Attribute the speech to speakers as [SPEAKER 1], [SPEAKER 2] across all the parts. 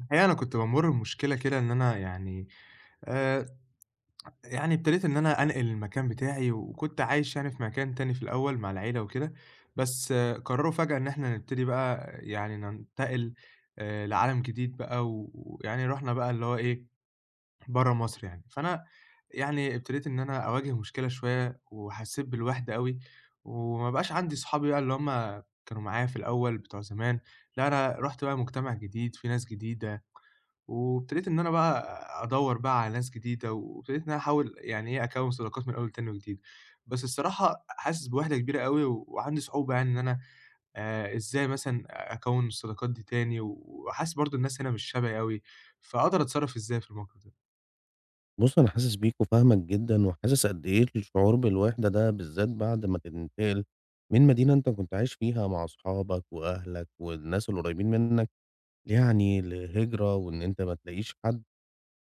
[SPEAKER 1] الحقيقة أنا كنت بامُر بمشكلة كده إن أنا آآ، يعني ابتديت إن أنا أنقل المكان بتاعي، وكنت عايش يعني في مكان تاني في الأول مع العيلة وكده، بس قرروا فجأة إن إحنا نبتدي بقى يعني ننتقل لعالم جديد بقى، ويعني رُحنا بقى اللي هو إيه، برّه مصر يعني. فأنا يعني ابتديت إن أنا أواجه مشكلة شوية، وحسيت بالوحدة أوي، وما بقاش عندي صحابي بقى اللي هُم كانوا معايا في الأول بتوع زمان. لأ أنا رُحت بقى مجتمع جديد، في ناس جديدة. وابتديت إن أنا بقى أدوّر بقى على ناس جديدة، وابتديت إن أنا أحاول يعني إيه، أكوّن صداقات من أول تاني وجديد. بس الصراحة حاسس بوحدة كبيرة أوي، وعندي صعوبة يعني إن أنا إزاي مثلًا أكوّن الصداقات دي تاني، وحاسس برضه الناس هنا مش شبهي أوي، فأقدر أتصرّف إزاي في الموقف ده؟
[SPEAKER 2] بُص، أنا حاسس بيك وفاهمك جدًا، وحاسس قد إيه الشعور بالوحدة ده بالذات بعد ما تنتقل من مدينة أنت كنت عايش فيها مع أصحابك وأهلك والناس القريبين منك، يعني لهجرة وإن أنت ما تلاقيش حد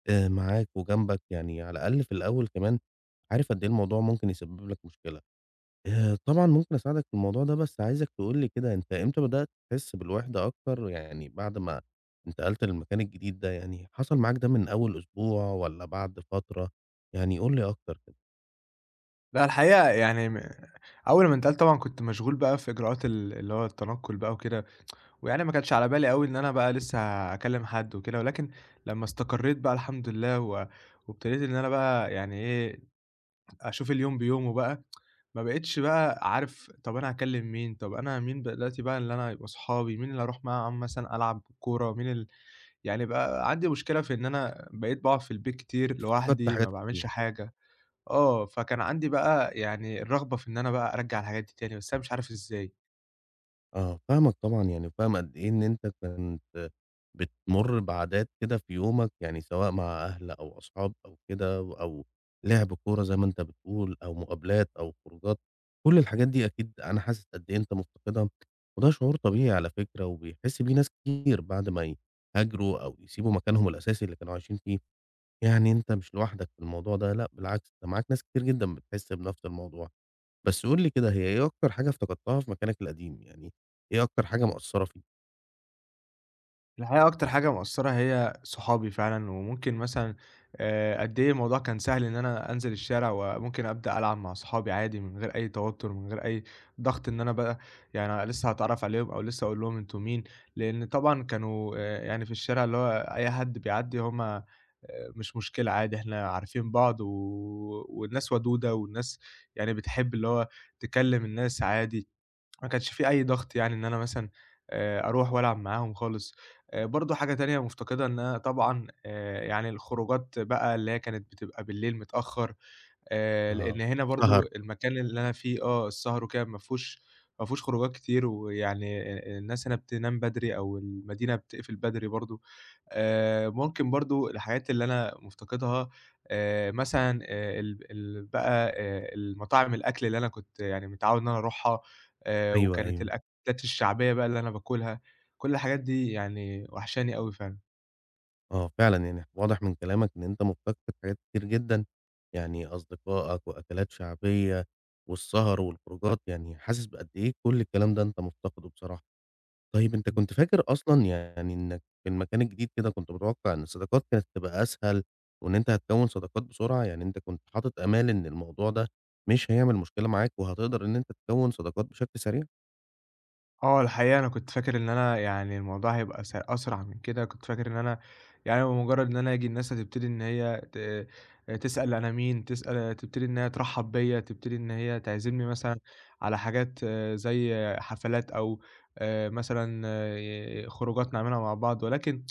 [SPEAKER 2] آه، معاك وجنبك، يعني على الأقل في الأول كمان عارف قد إيه الموضوع ممكن يسبب لك مشكلة. طبعًا ممكن أساعدك في الموضوع ده، بس عايزك تقول لي كده أنت إمتى بدأت تحس بالوحدة أكتر، يعني بعد ما انتقلت للمكان الجديد ده يعني، حصل معاك ده من أول أسبوع والّا بعد فترة؟ يعني قُل لي أكتر كده.
[SPEAKER 1] لأ الحقيقة يعني أول ما انتقلت طبعًا كنت مشغول بقى في إجراءات اللي هو التنقل بقى وكده، ويعني ما كانش على بالي أوي إن أنا بقى لسه هاكلّم حد وكده، ولكن لمّا استقريت بقى الحمد لله وابتديت إن أنا بقى يعني إيه أشوف اليوم بيومه بقى. ما بقيتش بقى عارف، طَب أنا هاكلّم مين، طَب أنا مين بقى دلوقتي بقى اللي أنا يبقوا صحابي، مين اللي هاروح معاهم مثلًا ألعب كورة، مين ال يعني بقى عندي مشكلة في إن أنا بقيت باقعد في البيت كتير
[SPEAKER 2] افتقدت
[SPEAKER 1] لوحدي،
[SPEAKER 2] حاجات
[SPEAKER 1] ما باعملش
[SPEAKER 2] كتير.
[SPEAKER 1] حاجة. آه، فكان عندي بقى يعني الرغبة في إن أنا بقى أرجّع الحاجات دي تاني، بس أنا مش عارف إزاي.
[SPEAKER 2] آه، فاهمك طبعًا، يعني وفاهم قد إيه إن أنت كنت بتمُر بعادات كده في يومك، يعني سواء مع أهل أو أصحاب أو كده أو لِعب كورة زي ما أنت بتقول أو مقابلات أو خروجات، كل الحاجات دي أكيد أنا حاسس قد إيه أنت مُفتقدها، وده شعور طبيعي على فكرة وبيحس بيه ناس كتير بعد ما يهاجروا أو يسيبوا مكانهم الأساسي اللي كانوا عايشين فيه، يعني أنت مش لوحدك في الموضوع ده لأ، بالعكس ده معاك ناس كتير جدًا بتحس بنفْس الموضوع. بس قُل لي كده، هي إيه أكتر حاجة افتقدتها في مكانك القديم؟ يعني إيه أكتر حاجة مأثّرة فيك؟
[SPEAKER 1] الحقيقة أكتر حاجة مأثّرة هي صحابي فعلًا، وممكن مثلًا قد إيه الموضوع كان سهل إن أنا أنزل الشارع، وممكن أبدأ ألعب مع صحابي عادي من غير أي توتُّر، من غير أي ضغط إن أنا بقى يعني أنا لسه هاتعرّف عليهم، أو لسه أقول لهم أنتم مين، لإن طبعًا كانوا يعني في الشارع اللي هو أي حد بيعدّي هم مش مشكلة، عادي إحنا عارفين بعض، والناس ودودة، والناس يعني بتحب اللي هو تكلّم الناس عادي. ما كانش في أي ضغط يعني إن أنا مثلًا أروح وألعب معاهم خالص. برضه حاجة تانية مفتقدها إن أنا طبعًا يعني الخروجات بقى اللي هي كانت بتبقى بالليل متأخّر، لإن
[SPEAKER 2] آه،
[SPEAKER 1] هنا
[SPEAKER 2] سهر.
[SPEAKER 1] برضه المكان اللي أنا فيه السهر وكده ما فيهوش خروجات كتير، ويعني الناس هنا بتنام بدري، أو المدينة بتقفل بدري برضه. ممكن برضه الحاجات اللي أنا مُفتقدها، مثلًا ال ال بقى المطاعم، الأكل اللي أنا كنت يعني متعوّد إن أنا أروحها،
[SPEAKER 2] أيوه،
[SPEAKER 1] وكانت
[SPEAKER 2] أيوه،
[SPEAKER 1] الأكلات الشعبية بقى اللي أنا باكُلها، كل الحاجات دي يعني وحشاني أوي فعلًا.
[SPEAKER 2] آه فعلًا، يعني واضح من كلامك إن أنت مفتقد حاجات كتير جدًا، يعني أصدقائك وأكلات شعبية والسهر والخروجات، يعني حاسس بقد إيه كل الكلام ده أنت مفتقده بصراحة. طيب أنت كنت فاكر أصلًا يعني إنك في المكان الجديد كده كنت متوقع إن الصداقات كانت هتبقى أسهل، وإن أنت هتكوّن صداقات بسرعة، يعني أنت كنت حاطط آمال إن الموضوع ده مش هيعمل مشكلة معاك، وهتقدر إن أنت تكوّن صداقات بشكل سريع؟
[SPEAKER 1] آه، الحقيقة أنا كنت فاكر إن أنا يعني الموضوع هيبقى أسرع من كده، كنت فاكر إن أنا يعني بمجرد إن أنا آجي الناس هتبتدي إن هي ت تسأل أنا مين، تسأل، تبتدي إن هي ترحّب بيّا، تبتدي إن هي تعزمني مثلًا على حاجات زي حفلات، أو مثلًا خروجات نعملها مع بعض، ولكن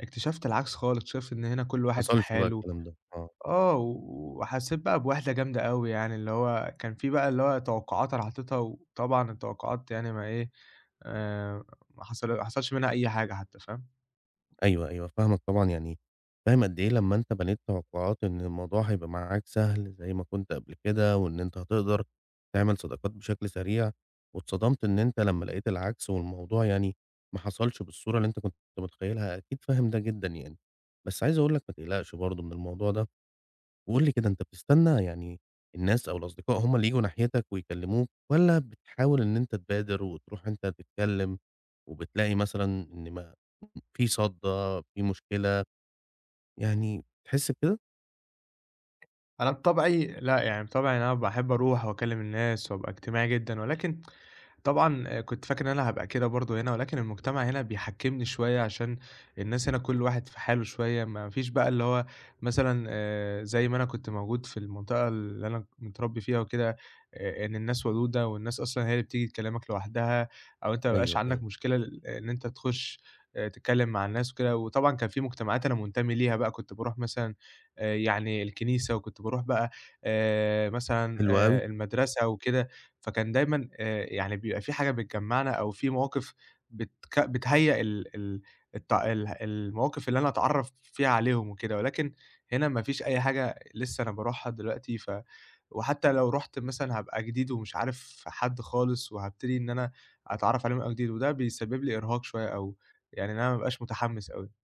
[SPEAKER 1] اكتشفت العكس خالص، اكتشفت إن هنا كل
[SPEAKER 2] ما
[SPEAKER 1] واحد في
[SPEAKER 2] حصلش بقى
[SPEAKER 1] حاله.
[SPEAKER 2] الكلام ده، آه.
[SPEAKER 1] آه، وحسّيت بقى بوِحدة جامدة أوي يعني، اللي هو كان في بقى اللي هو توقُّعات أنا حاططها، وطبعًا التوقُّعات يعني ما إيه، آآ ما حصلش منها أي حاجة حتى، فاهم؟
[SPEAKER 2] أيوه، أيوه، فاهمك طبعًا، يعني فاهم قد إيه لمّا أنت بنيت توقعات إن الموضوع هيبقى معاك سهل زي ما كنت قبل كده، وإن أنت هتقدر تعمل صداقات بشكل سريع، واتصدمت إن أنت لمّا لقيت العكس، والموضوع يعني ما حصلش بالصورة اللي أنت كنت متخيلها، أكيد فاهم ده جدًا يعني. بس عايز أقول لك ما تقلقش برضه من الموضوع ده، وقُل لي كده أنت بتستنى يعني الناس أو الأصدقاء هم اللي ييجوا ناحيتك ويكلموك، والّا بتحاول إن أنت تبادر وتروح أنت تتكلم، وبتلاقي مثلًا إن في صدّى، في مشكلة، يعني تحس بكده؟
[SPEAKER 1] أنا بطبعي لأ، يعني بطبعي إن أنا باحب أروح وأكلّم الناس، وأبقى اجتماعي جدًا، ولكن طبعًا كنت فاكر إن أنا هابقى كده برضه هنا، ولكن المجتمع هنا بيحكّمني شوية عشان الناس هنا كل واحد في حاله شوية، ما فيش بقى اللي هو مثلًا زي ما أنا كنت موجود في المنطقة اللي أنا متربّي فيها وكده، إن الناس ودودة، والناس أصلًا هي اللي بتيجي تكلّمك لوحدها، أو أنت ما بيبقاش
[SPEAKER 2] أيوه،
[SPEAKER 1] عندك
[SPEAKER 2] أيوه،
[SPEAKER 1] مشكلة إن أنت تخُش تتكلّم مع الناس وكده، وطبعًا كان في مجتمعات أنا منتمي ليها بقى، كنت باروح مثلًا يعني الكنيسة، وكنت باروح بقى مثلًا
[SPEAKER 2] حلو أوي،
[SPEAKER 1] المدرسة وكده. فكان دايمًا يعني بيبقى في حاجة بتجمّعنا، أو في مواقف بتهيّأ ال ال الت ال المواقف اللي أنا أتعرّف فيها عليهم وكده، ولكن هنا ما فيش أي حاجة لسه أنا باروحها دلوقتي، وحتى لو رُحت مثلًا هابقى جديد ومش عارف حد خالص، وهابتدي إن أنا أتعرّف عليهم من أول وجديد، وده بيسبب لي إرهاق شوية، أو يعني إن أنا ما أبقاش متحمّس أوي.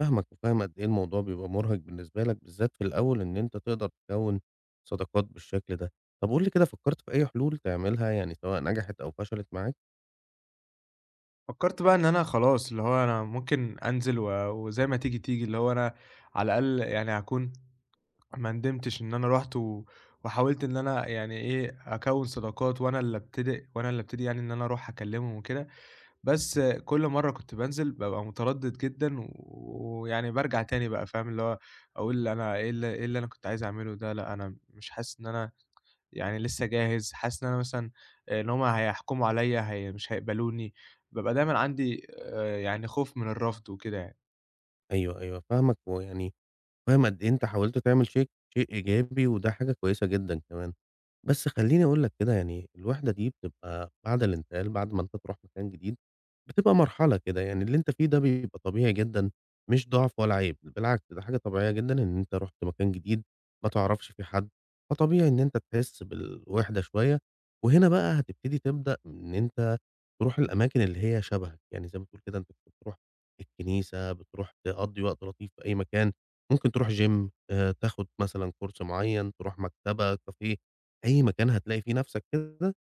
[SPEAKER 2] فاهمك وفاهم قد إيه الموضوع بيبقى مرهق بالنسبة لك، بالذات في الأول إن أنت تقدر تكوّن صداقات بالشكل ده. طب قُل لي كده فكّرت في أي حلول تعملها، يعني سواء نجحت أو فشلت معاك؟
[SPEAKER 1] فكّرت بقى إن أنا خلاص، اللي هو أنا ممكن أنزل وزي ما تيجي، تيجي، اللي هو أنا على الأقل يعني هاكون ما ندمتش إن أنا رُحت وحاولت إن أنا يعني إيه، أكوّن صداقات، وأنا اللي أبتدي يعني إن أنا أروح أكلّمهم وكده. بس كل مرّة كنت بانزل بابقى متردد جدًا، ويعني بارجع تاني بقى، فاهم، اللي هو أقول أنا إيه اللي أنا كنت عايز أعمله ده، لأ أنا مش حاسس إن أنا يعني لسه جاهز، حاسس إن أنا مثلًا إن هُم هيحكموا عليّا، هي مش هيقبلوني، بابقى دايمًا عندي يعني خوف من الرفض وكده يعني.
[SPEAKER 2] أيوه، أيوه، فاهمك ويعني فاهم قد إيه أنت حاولت تعمل شيء إيجابي، وده حاجة كويسة جدًا كمان. بس خلّيني أقول لك كده يعني الوحدة دي بتبقى بعد الانتقال، بعد ما أنت تروح مكان جديد، بتبقى مرحلة كده، يعني اللي أنت فيه ده بيبقى طبيعي جدًا، مش ضعف ولا عيب، بالعكس ده حاجة طبيعية جدًا إن أنت رُحت مكان جديد، ما تعرفش فيه حد، فطبيعي إن أنت تحس بالوحدة شوية. وهنا بقى هتبتدي تبدأ إن أنت تروح الأماكن اللي هي شبهك، يعني زي ما بتقول كده أنت كنت بتروح الكنيسة، بتروح تقضّي وقت لطيف في أي مكان، ممكن تروح gym تاخد مثلًا course معيّن، تروح مكتبة، كافيه، أي مكان هتلاقي فيه نَفْسك كده،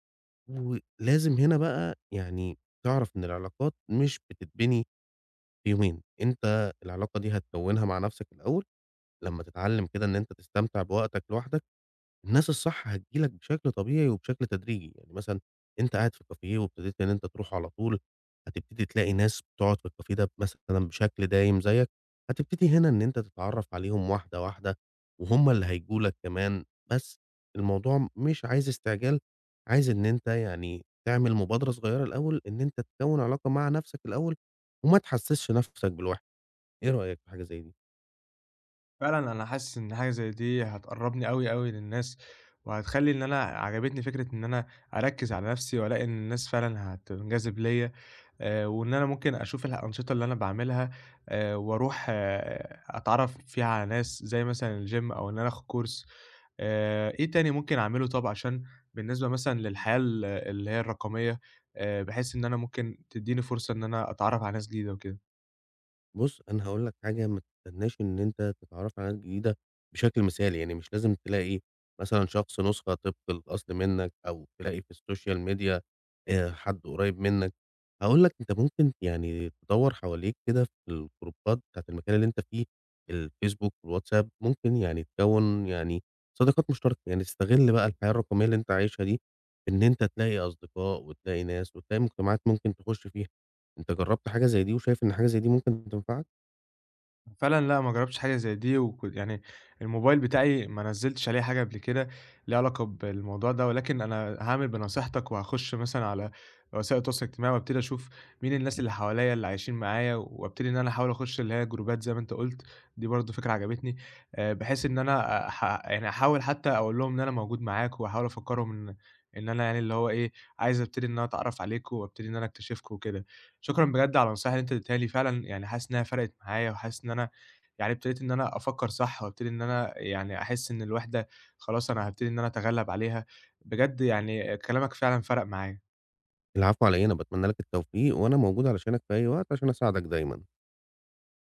[SPEAKER 2] ولازم هنا بقى يعني تعرف إن العلاقات مش بتتبني في يومين، أنت العلاقة دي هتكوّنها مع نَفْسك الأول، لمّا تتعلّم كده إن أنت تستمتع بوقتك لوحدك الناس الصح هتيجي لك بشكل طبيعي وبشكل تدريجي، يعني مثلًا أنت قاعد في كافيه وابتديت إن أنت تروحه على طول، هتبتدي تلاقي ناس بتقعد في الكافيه ده مثلًا بشكل دايم زيك، هتبتدي هنا إن أنت تتعرّف عليهم واحدة، واحدة وهُم اللي هييجوا لك كمان، بس الموضوع مش عايز استعجال، عايز إن أنت يعني تعمل مبادرة صغيّرة الأول إن أنت تكوّن علاقة مع نَفْسك الأول وما تحسّسش نَفْسك بالوحدة، إيه رأيك في حاجة زي دي؟
[SPEAKER 1] فعلًا أنا حاسس إن حاجة زي دي هتقرّبني أوي، أوي للناس، وهتخلّي إن أنا عجبتني فكرة إن أنا أركّز على نَفْسي، وألاقي إن الناس فعلًا هتنجذب ليّا. وإن أنا ممكن أشوف الأنشطة اللي أنا باعملها، وأروح أتعرّف فيها على ناس، زي مثلًا الgym، أو إن أنا آخُد كورس. إيه تاني ممكن أعمله؟ طَب عشان بالنسبة مثلًا للحياة اللي هي الرقمية، بحيث إن أنا ممكن تدّيني فرصة إن أنا أتعرّف على ناس جديدة وكده؟
[SPEAKER 2] بُص، أنا هاقول لك حاجة ما تستناش إن أنت تتعرّف على ناس جديدة بشكل مثالي، يعني مش لازم تلاقي مثلًا شخص نسخة طبق الأصل منّك أو تلاقي في السوشيال ميديا حد قريّب منّك، هاقول لك أنت ممكن يعني تدوّر حواليك كده في الجروبات بتاعة المكان اللي أنت فيه، الفيسبوك والواتساب، ممكن يعني تكوّن يعني صداقات مشتركة، يعني تستغل بقى الحياة الرقمية اللي أنت عايشها دي في إن أنت تلاقي أصدقاء وتلاقي ناس وتلاقي مجتمعات ممكن تخُش فيها، أنت جرّبت حاجة زي دي وشايف إن حاجة زي دي ممكن تنفعك؟
[SPEAKER 1] فعلًا لأ، ما جرّبتش حاجة زي دي، وكنت يعني الموبايل بتاعي ما نزّلتش عليه حاجة قبل كده ليها علاقة بالموضوع ده، ولكن أنا هاعمل بنصيحتك، وهاخُش مثلًا على وسائل التواصل الاجتماعي، وابتدي أشوف مين الناس اللي حواليّا اللي عايشين معايا، وابتدي إن أنا أحاول أخُش اللي هي جروبات زي ما أنت قُلت، دي برضه فكرة عجبتني، بحيث إن أنا يعني أحاول حتى أقول لهم إن أنا موجود معاك، وأحاول أفكّرهم إن أنا يعني اللي هو إيه، عايز ابتدي إن أنا أتعرّف عليكم، وابتدي إن أنا أكتشفكم وكده. شكرًا بجد على النصايح اللي أنت اديتها لي فعلًا، يعني حاسس إنها فرقت معايا، وحاسس إن أنا يعني ابتديت إن أنا أفكّر صح، وابتدي إن أنا يعني أحس إن الوحدة خلاص أنا هابتدي إن أنا أتغلّب عليها، بجد يعني كلامك فعلًا فرق معايا.
[SPEAKER 2] العفو على إيه، أنا باتمنى لك التوفيق، وأنا موجود علشانك في أي وقت عشان أساعدك دايمًا.